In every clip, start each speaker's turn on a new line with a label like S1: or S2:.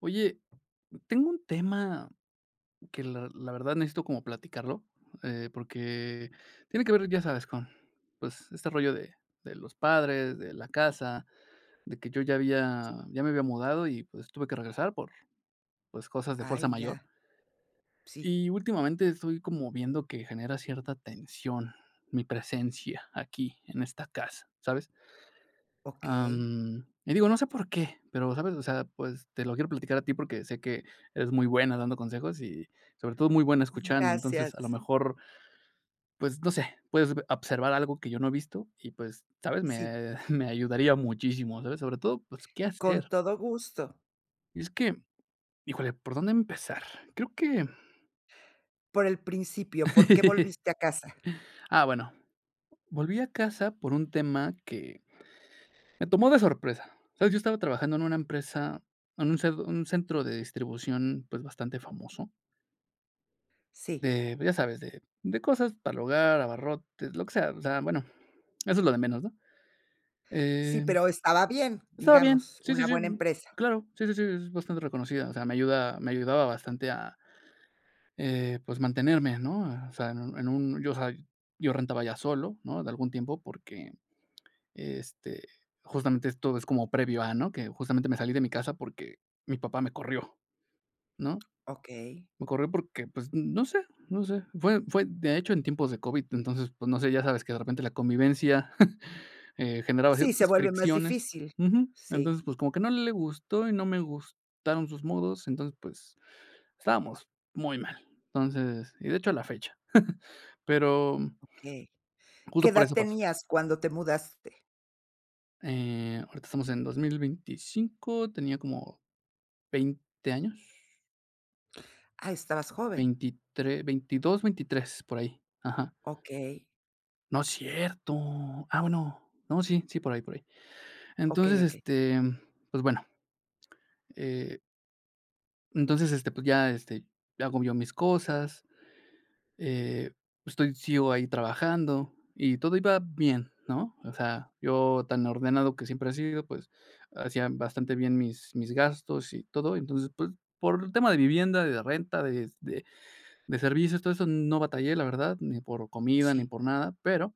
S1: Oye, tengo un tema que la verdad necesito como platicarlo, porque tiene que ver, ya sabes, con pues este rollo de los padres, de la casa, de que ya me había mudado y pues tuve que regresar por pues cosas de fuerza
S2: Ay,
S1: mayor.
S2: ya, sí,
S1: Y últimamente estoy como viendo que genera cierta tensión mi presencia aquí en esta casa, ¿sabes?
S2: okey.
S1: Y digo, no sé por qué, pero, ¿sabes? O sea, pues, te lo quiero platicar a ti porque sé que eres muy buena dando consejos y, sobre todo, muy buena escuchando. Entonces,
S2: Gracias.
S1: a lo mejor, pues, no sé, puedes ve observar algo que yo no he visto y, pues, ¿sabes?
S2: Sí,
S1: Me me ayudaría muchísimo, ¿sabes? Sobre todo, pues, ¿qué
S2: con
S1: hacer?
S2: todo gusto.
S1: Y es que, híjole, ¿por dónde empezar? Creo que
S2: Por el principio, ¿por qué volviste a casa?
S1: ah, bueno, volví a casa por un tema que me tomó de sorpresa, ¿sabes? Yo estaba trabajando en una empresa, en un centro de distribución, pues, bastante famoso.
S2: Sí,
S1: De, pues, ya sabes, de cosas para el hogar, abarrotes, lo que sea, o sea, bueno, eso es lo de menos, ¿no?
S2: sí,
S1: Eh,
S2: pero estaba bien,
S1: Estaba bien,
S2: digamos,
S1: sí, sí,
S2: una buena
S1: sí,
S2: empresa.
S1: claro, sí, sí, sí, es bastante reconocida, o sea, me ayudaba bastante a, pues, mantenerme, ¿no? O sea, o sea, yo rentaba ya solo, ¿no? De algún tiempo porque, este, justamente esto es como previo a, ¿no? Que justamente me salí de mi casa porque mi papá me corrió, ¿no?
S2: Okey.
S1: Me corrió porque, pues, no sé. Fue, de hecho, en tiempos de COVID, entonces, pues, no sé, ya sabes que de repente la convivencia, generaba
S2: Sí, se
S1: ciertas
S2: vuelve más
S1: fricciones.
S2: difícil.
S1: Ujú.
S2: Sí,
S1: Entonces, pues, como que no le gustó y no me gustaron sus modos, entonces, pues, estábamos muy mal. Entonces, y de hecho a la fecha, pero
S2: okey. ¿Qué
S1: justo por
S2: edad
S1: eso pasó.
S2: tenías cuando te mudaste?
S1: Ahorita estamos en 2025, tenía como 20 años,
S2: Ah, estabas joven.
S1: 23, 22, 23 por ahí. Ajá.
S2: Okey,
S1: No es cierto. Ah, bueno, no, sí, sí, por ahí, por ahí.
S2: okey,
S1: Entonces,
S2: okey.
S1: este, pues bueno, eh, entonces, este, pues ya, este, hago yo mis cosas, eh, estoy sigo ahí trabajando y todo iba bien, ¿no? O sea, yo tan ordenado que siempre he sido, pues hacía bastante bien mis gastos y todo. Entonces, pues por el tema de vivienda, de renta, de servicios, todo eso no batallé, la verdad, ni por comida, ni
S2: Sí,
S1: por nada, pero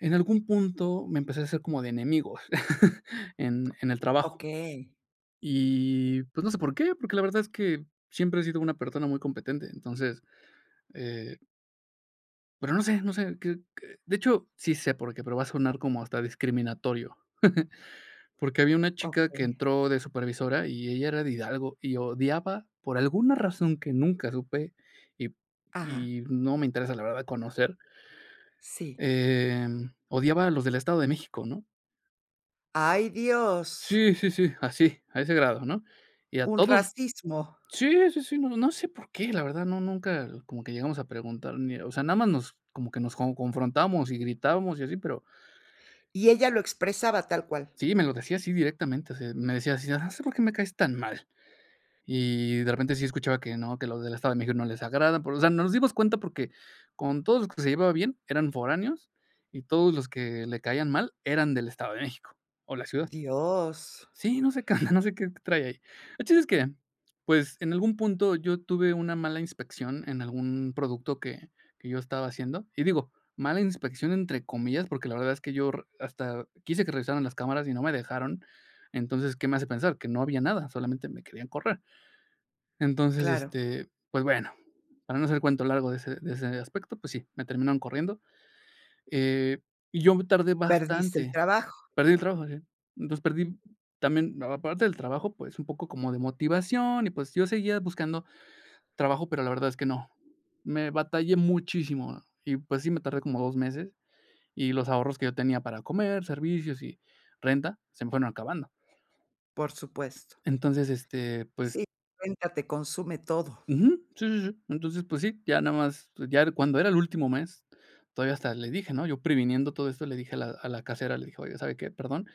S1: en algún punto me empecé a hacer como de enemigos en el trabajo.
S2: okey,
S1: Y, pues, no sé por qué, porque la verdad es que siempre he sido una persona muy competente. Entonces, eh, pero no sé qué de hecho, sí sé por qué, pero va a sonar como hasta discriminatorio. Porque había una chica que
S2: okey.
S1: entró de supervisora y ella era de Hidalgo y odiaba, por alguna razón que nunca supe y
S2: Ajá,
S1: y no me interesa, la verdad, conocer,
S2: sí.
S1: odiaba a los del Estado de México, ¿no?
S2: Ay, Dios,
S1: Sí, sí, sí, así, a ese grado, ¿no? Y a
S2: un
S1: todos
S2: racismo.
S1: sí, sí, sí, no, no sé por qué, la verdad, no, nunca como que llegamos a preguntar ni o sea, nada más nos como que nos confrontamos y gritábamos y así, pero
S2: ¿Y ella lo expresaba tal cual?
S1: sí, me lo decía así directamente, o sea, me decía así: "No sé por qué me caes tan mal". Y de repente sí escuchaba que no, que los del Estado de México no les agrada, pero, o sea, nos dimos cuenta porque con todos los que se llevaba bien eran foráneos y todos los que le caían mal eran del Estado de México o la ciudad.
S2: Dios,
S1: Sí, no sé qué onda, no sé qué trae ahí. El chiste es que, pues, en algún punto yo tuve una mala inspección en algún producto que yo estaba haciendo. Y digo, mala inspección entre comillas, porque la verdad es que yo r hasta quise que revisaran las cámaras y no me dejaron. Entonces, ¿qué me hace pensar? Que no había nada, solamente me querían correr. Entonces,
S2: claro.
S1: este, pues bueno, para no hacer cuento largo de ese aspecto, pues sí, me terminaron corriendo. Eh, y yo me tardé
S2: Perdiste el
S1: bastante.
S2: trabajo,
S1: Perdí el trabajo, sí. Entonces, perdí también, aparte del trabajo, pues, un poco como de motivación y, pues, yo seguía buscando trabajo, pero la verdad es que no. Me batallé muchísimo y, pues, sí me tardé como 2 meses, y los ahorros que yo tenía para comer, servicios y renta se me fueron acabando.
S2: por supuesto.
S1: Entonces, este, pues
S2: Sí, renta te consume todo.
S1: ujú, sí, sí, sí. Entonces, pues sí, ya nada más, pues, ya cuando era el último mes, todavía hasta le dije, ¿no? Yo previniendo todo esto, le dije a la casera, le dije: "Oiga, ¿sabe qué? Perdón,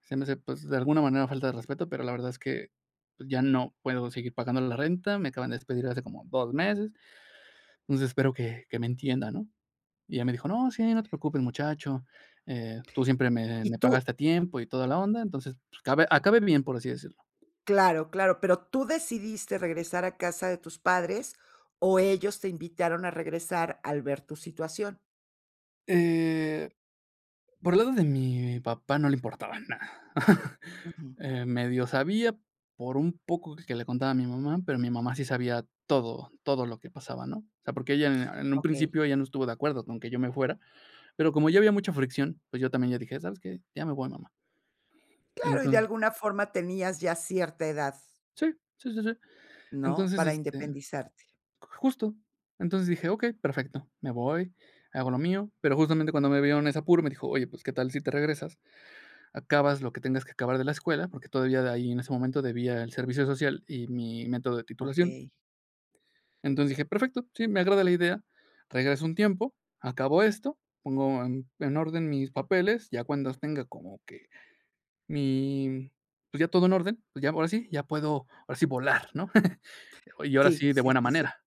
S1: se me hace, pues, de alguna manera falta de respeto, pero la verdad es que, pues, ya no puedo seguir pagando la renta, me acaban de despedir hace como 2 meses, entonces espero que me entienda, ¿no?" Y ella me dijo: "No, sí, no te preocupes, muchacho, tú siempre me
S2: Y
S1: me
S2: tú
S1: pagaste a tiempo y toda la onda, entonces, pues, cabe acabe bien", por así decirlo.
S2: claro, claro, pero, ¿tú decidiste regresar a casa de tus padres o ellos te invitaron a regresar al ver tu situación?
S1: Eh, por el lado de mi papá no le importaba nada.
S2: Ujú.
S1: Medio sabía por un poco que le contaba a mi mamá, pero mi mamá sí sabía todo, todo lo que pasaba, ¿no? O sea, porque ella en un
S2: Okey.
S1: principio ella no estuvo de acuerdo con que yo me fuera, pero como ya había mucha fricción, pues yo también ya dije, ¿sabes qué? Ya me voy, mamá.
S2: Claro, y de
S1: Entonces,
S2: alguna forma tenías ya cierta edad,
S1: sí, sí, sí, sí.
S2: ¿no?,
S1: Entonces,
S2: para
S1: este,
S2: independizarte.
S1: justo. Entonces dije, ok, perfecto, me voy, hago lo mío, pero justamente cuando me vieron en ese apuro me dijo, oye, pues qué tal si te regresas, acabas lo que tengas que acabar de la escuela, porque todavía de ahí en ese momento debía el servicio social y mi método de titulación.
S2: Okey.
S1: Entonces dije: "Perfecto, sí, me agrada la idea". Regreso un tiempo, acabo esto, pongo en orden mis papeles, ya cuando tenga como que mi, pues ya todo en orden, pues ya ahora sí, ya puedo, ahora sí volar, ¿no? Y ahora
S2: Sí,
S1: sí de
S2: sí,
S1: buena
S2: sí, sí.
S1: manera.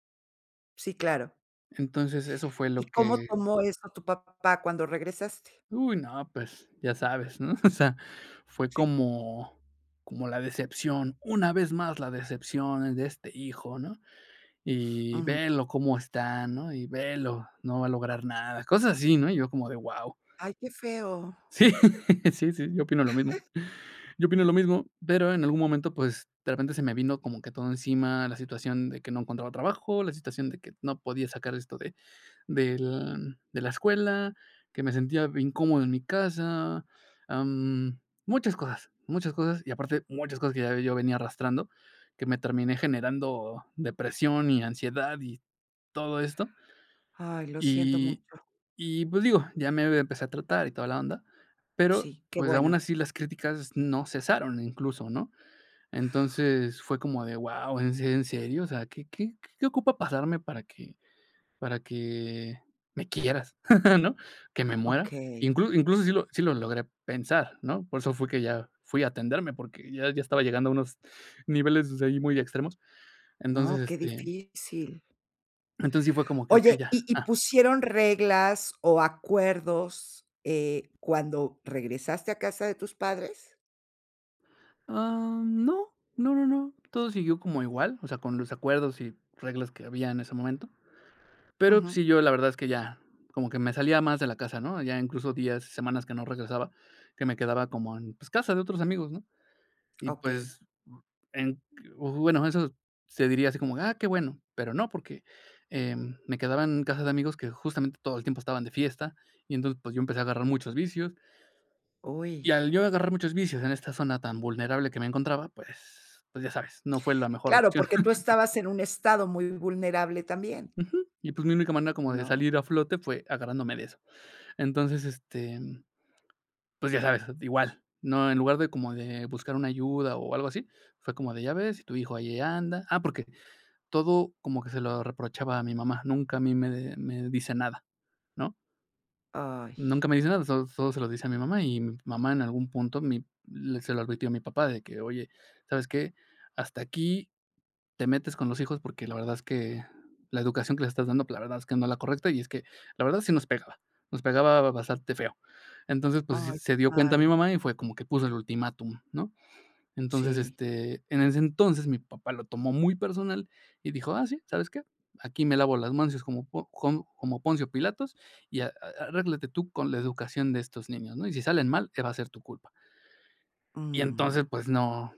S2: Sí, claro.
S1: Entonces, eso fue
S2: ¿Y
S1: lo
S2: cómo
S1: que
S2: tomó eso tu papá cuando regresaste?
S1: uy, no, pues ya sabes, ¿no? O sea, fue
S2: Sí.
S1: como como la decepción, una vez más la decepción de este hijo, ¿no? Y
S2: Ujú.
S1: velo cómo está, ¿no? Y velo, no va a lograr nada. Cosas así, ¿no? Y yo como de wow.
S2: Ay, qué feo.
S1: Sí, sí, sí, yo opino lo mismo. Yo opino lo mismo, pero en algún momento, pues, de repente se me vino como que todo encima, la situación de que no encontraba trabajo, la situación de que no podía sacar esto de del de la escuela, que me sentía incómodo en mi casa, am, muchas cosas, y aparte muchas cosas que ya yo venía arrastrando, que me terminé generando depresión y ansiedad y todo esto.
S2: Ay, lo siento
S1: Y
S2: mucho.
S1: pues, digo, ya me empecé a tratar y toda la onda, pero,
S2: Sí, qué
S1: pues, aún
S2: bueno.
S1: así las críticas no cesaron incluso, ¿no? Entonces, fue como de: wow, en serio? O sea, ¿qué ocupa pasarme para que para que me quieras?", ¿no? Que me muera.
S2: Okey.
S1: Incluso sí lo logré pensar, ¿no? Por eso fue que ya fui a atenderme, porque ya estaba llegando a unos niveles, pues, ahí muy extremos. Entonces,
S2: No, qué
S1: este,
S2: difícil.
S1: entonces sí fue como que: "Okey,
S2: Oye,
S1: ya".
S2: ¿y
S1: Ah.
S2: pusieron reglas o acuerdos, cuando regresaste a casa de tus padres?
S1: Ah, no, no, no, no, todo siguió como igual, o sea, con los acuerdos y reglas que había en ese momento, pero
S2: Ujú.
S1: sí, yo la verdad es que ya como que me salía más de la casa, ¿no? Ya incluso días, semanas que no regresaba, que me quedaba como en, pues, casa de otros amigos, ¿no? Y
S2: Okey.
S1: pues, en bueno, eso se diría así como, ah, qué bueno, pero no, porque, me quedaba en casa de amigos que justamente todo el tiempo estaban de fiesta, y entonces, pues, yo empecé a agarrar muchos vicios.
S2: Uy.
S1: Y al yo agarrar muchos vicios en esta zona tan vulnerable que me encontraba, pues pues ya sabes, no fue la mejor
S2: Claro,
S1: opción.
S2: porque tú estabas en un estado muy vulnerable también,
S1: Ujú. Y pues mi única manera como de
S2: ¿no?
S1: salir a flote fue agarrándome de eso. Entonces, este, pues ya sabes, igual, no, en lugar de como de buscar una ayuda o algo así, fue como de: "Ya ves, si tu hijo ahí anda". Ah, porque todo como que se lo reprochaba a mi mamá, nunca a mí me dice nada, ¿no?
S2: Ay,
S1: Nunca me dice nada, solo se lo dice a mi mamá, y mi mamá en algún punto mi le se lo advirtió a mi papá de que: "Oye, ¿sabes qué? Hasta aquí te metes con los hijos porque la verdad es que la educación que les estás dando, pues, la verdad es que no es la correcta", y es que la verdad sí nos pegaba bastante feo. Entonces, pues, sí
S2: ay,
S1: se
S2: qué
S1: dio cuenta mi
S2: mal.
S1: mamá y fue como que puso el ultimátum, ¿no? Entonces,
S2: Sí.
S1: en ese entonces, mi papá lo tomó muy personal y dijo: "Ah, sí, ¿sabes qué? Aquí me lavo las manos como Po com como Poncio Pilatos, y a arréglate tú con la educación de estos niños, ¿no? Y si salen mal, va a ser tu culpa". Y
S2: Mm.
S1: entonces, pues no,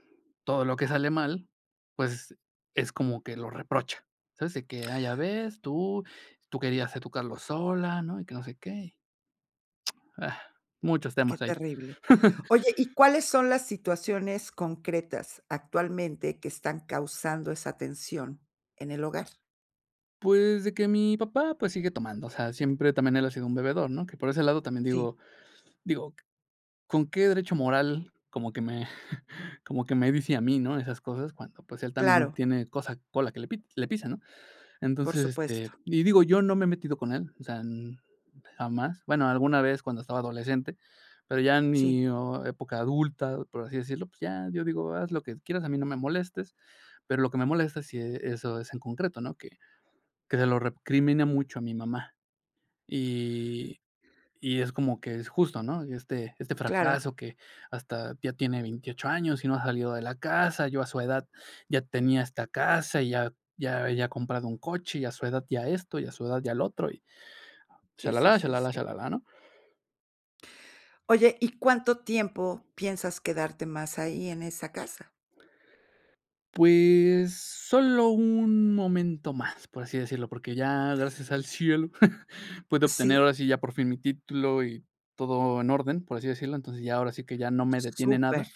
S1: todo lo que sale mal, pues es como que lo reprocha, ¿sabes? De que: "Ah, ya ves, tú querías educarlos sola, ¿no? Y que no sé qué". Ah, muchos
S2: Qué
S1: temas ahí.
S2: terrible. Oye, ¿y cuáles son las situaciones concretas actualmente que están causando esa tensión en el hogar?
S1: Pues, de que mi papá, pues, sigue tomando, o sea, siempre también él ha sido un bebedor, ¿no? Que por ese lado también
S2: Sí,
S1: digo, ¿con qué derecho moral como que me como que me dice a mí, no? Esas cosas cuando, pues, él también
S2: claro,
S1: tiene cosa cola que le pisa, ¿no?
S2: por
S1: Entonces,
S2: supuesto.
S1: y digo, yo no me he metido con él, o sea, n jamás. Bueno, alguna vez cuando estaba adolescente, pero ya en
S2: Sí,
S1: mi época adulta, por así decirlo, pues ya, yo digo: "Haz lo que quieras, a mí no me molestes", pero lo que me molesta sí, eso es en concreto, ¿no? Que se lo recrimina mucho a mi mamá. Y y es como que es justo, ¿no? Este
S2: claro.
S1: fracaso que hasta ya tiene 28 años y no ha salido de la casa. Yo a su edad ya tenía esta casa y ya había comprado un coche, y a su edad ya esto, y a su edad ya el otro, y
S2: Sí, sí,
S1: shalalá,
S2: sí,
S1: shalalá,
S2: sí.
S1: shalalá, ¿no?
S2: Oye, ¿y cuánto tiempo piensas quedarte más ahí en esa casa?
S1: Pues, solo un momento más, por así decirlo, porque ya gracias al cielo pude obtener
S2: Sí,
S1: ahora sí ya por fin mi título y todo en orden, por así decirlo. Entonces, ya ahora sí que ya no me detiene
S2: súper.
S1: nada.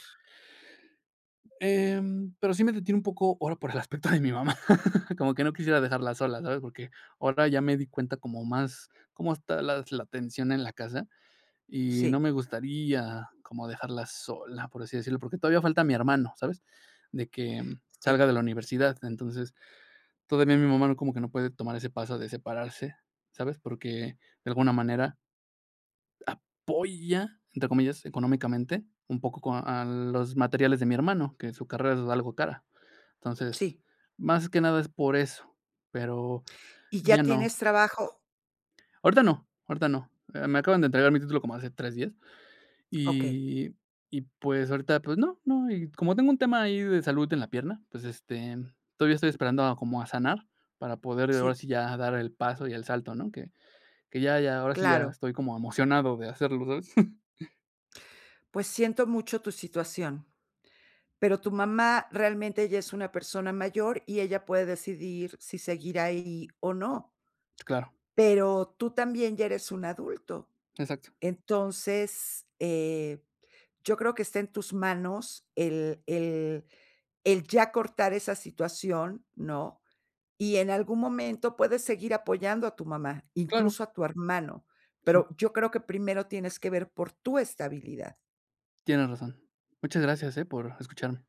S1: Pero sí me detiene un poco ahora por el aspecto de mi mamá, como que no quisiera dejarla sola, ¿sabes? Porque ahora ya me di cuenta como más cómo está las la tensión en la casa y no
S2: Sí,
S1: me gustaría como dejarla sola, por así decirlo, porque todavía falta mi hermano, ¿sabes? De que
S2: sí,
S1: salga de la universidad. Entonces, todavía mi mamá como que no puede tomar ese paso de separarse, ¿sabes? Porque de alguna manera apoya, entre comillas, económicamente un poco con a los materiales de mi hermano, que su carrera es algo cara. Entonces,
S2: sí.
S1: más que nada es por eso, pero
S2: ¿Y
S1: ya
S2: ya
S1: no.
S2: tienes trabajo?
S1: Ahorita no, ahorita no. Me acaban de entregar mi título como hace 3 días
S2: Ok,
S1: y pues ahorita, pues no, no, y como tengo un tema ahí de salud en la pierna, pues, todavía estoy esperando a como a sanar para poder ahora
S2: sí,
S1: sí ya dar el paso y el salto, ¿no? Que ya ahora sí ya
S2: claro.
S1: estoy como emocionado de hacerlo, ¿sabes?
S2: Pues siento mucho tu situación. Pero tu mamá realmente ella es una persona mayor y ella puede decidir si seguir ahí o no.
S1: Claro,
S2: Pero tú también ya eres un adulto.
S1: exacto.
S2: Entonces, yo creo que está en tus manos el ya cortar esa situación, ¿no? Y en algún momento puedes seguir apoyando a tu mamá,
S1: Claro,
S2: incluso a tu hermano,
S1: sí,
S2: pero yo creo que primero tienes que ver por tu estabilidad.
S1: tienes razón. Muchas gracias, por escucharme.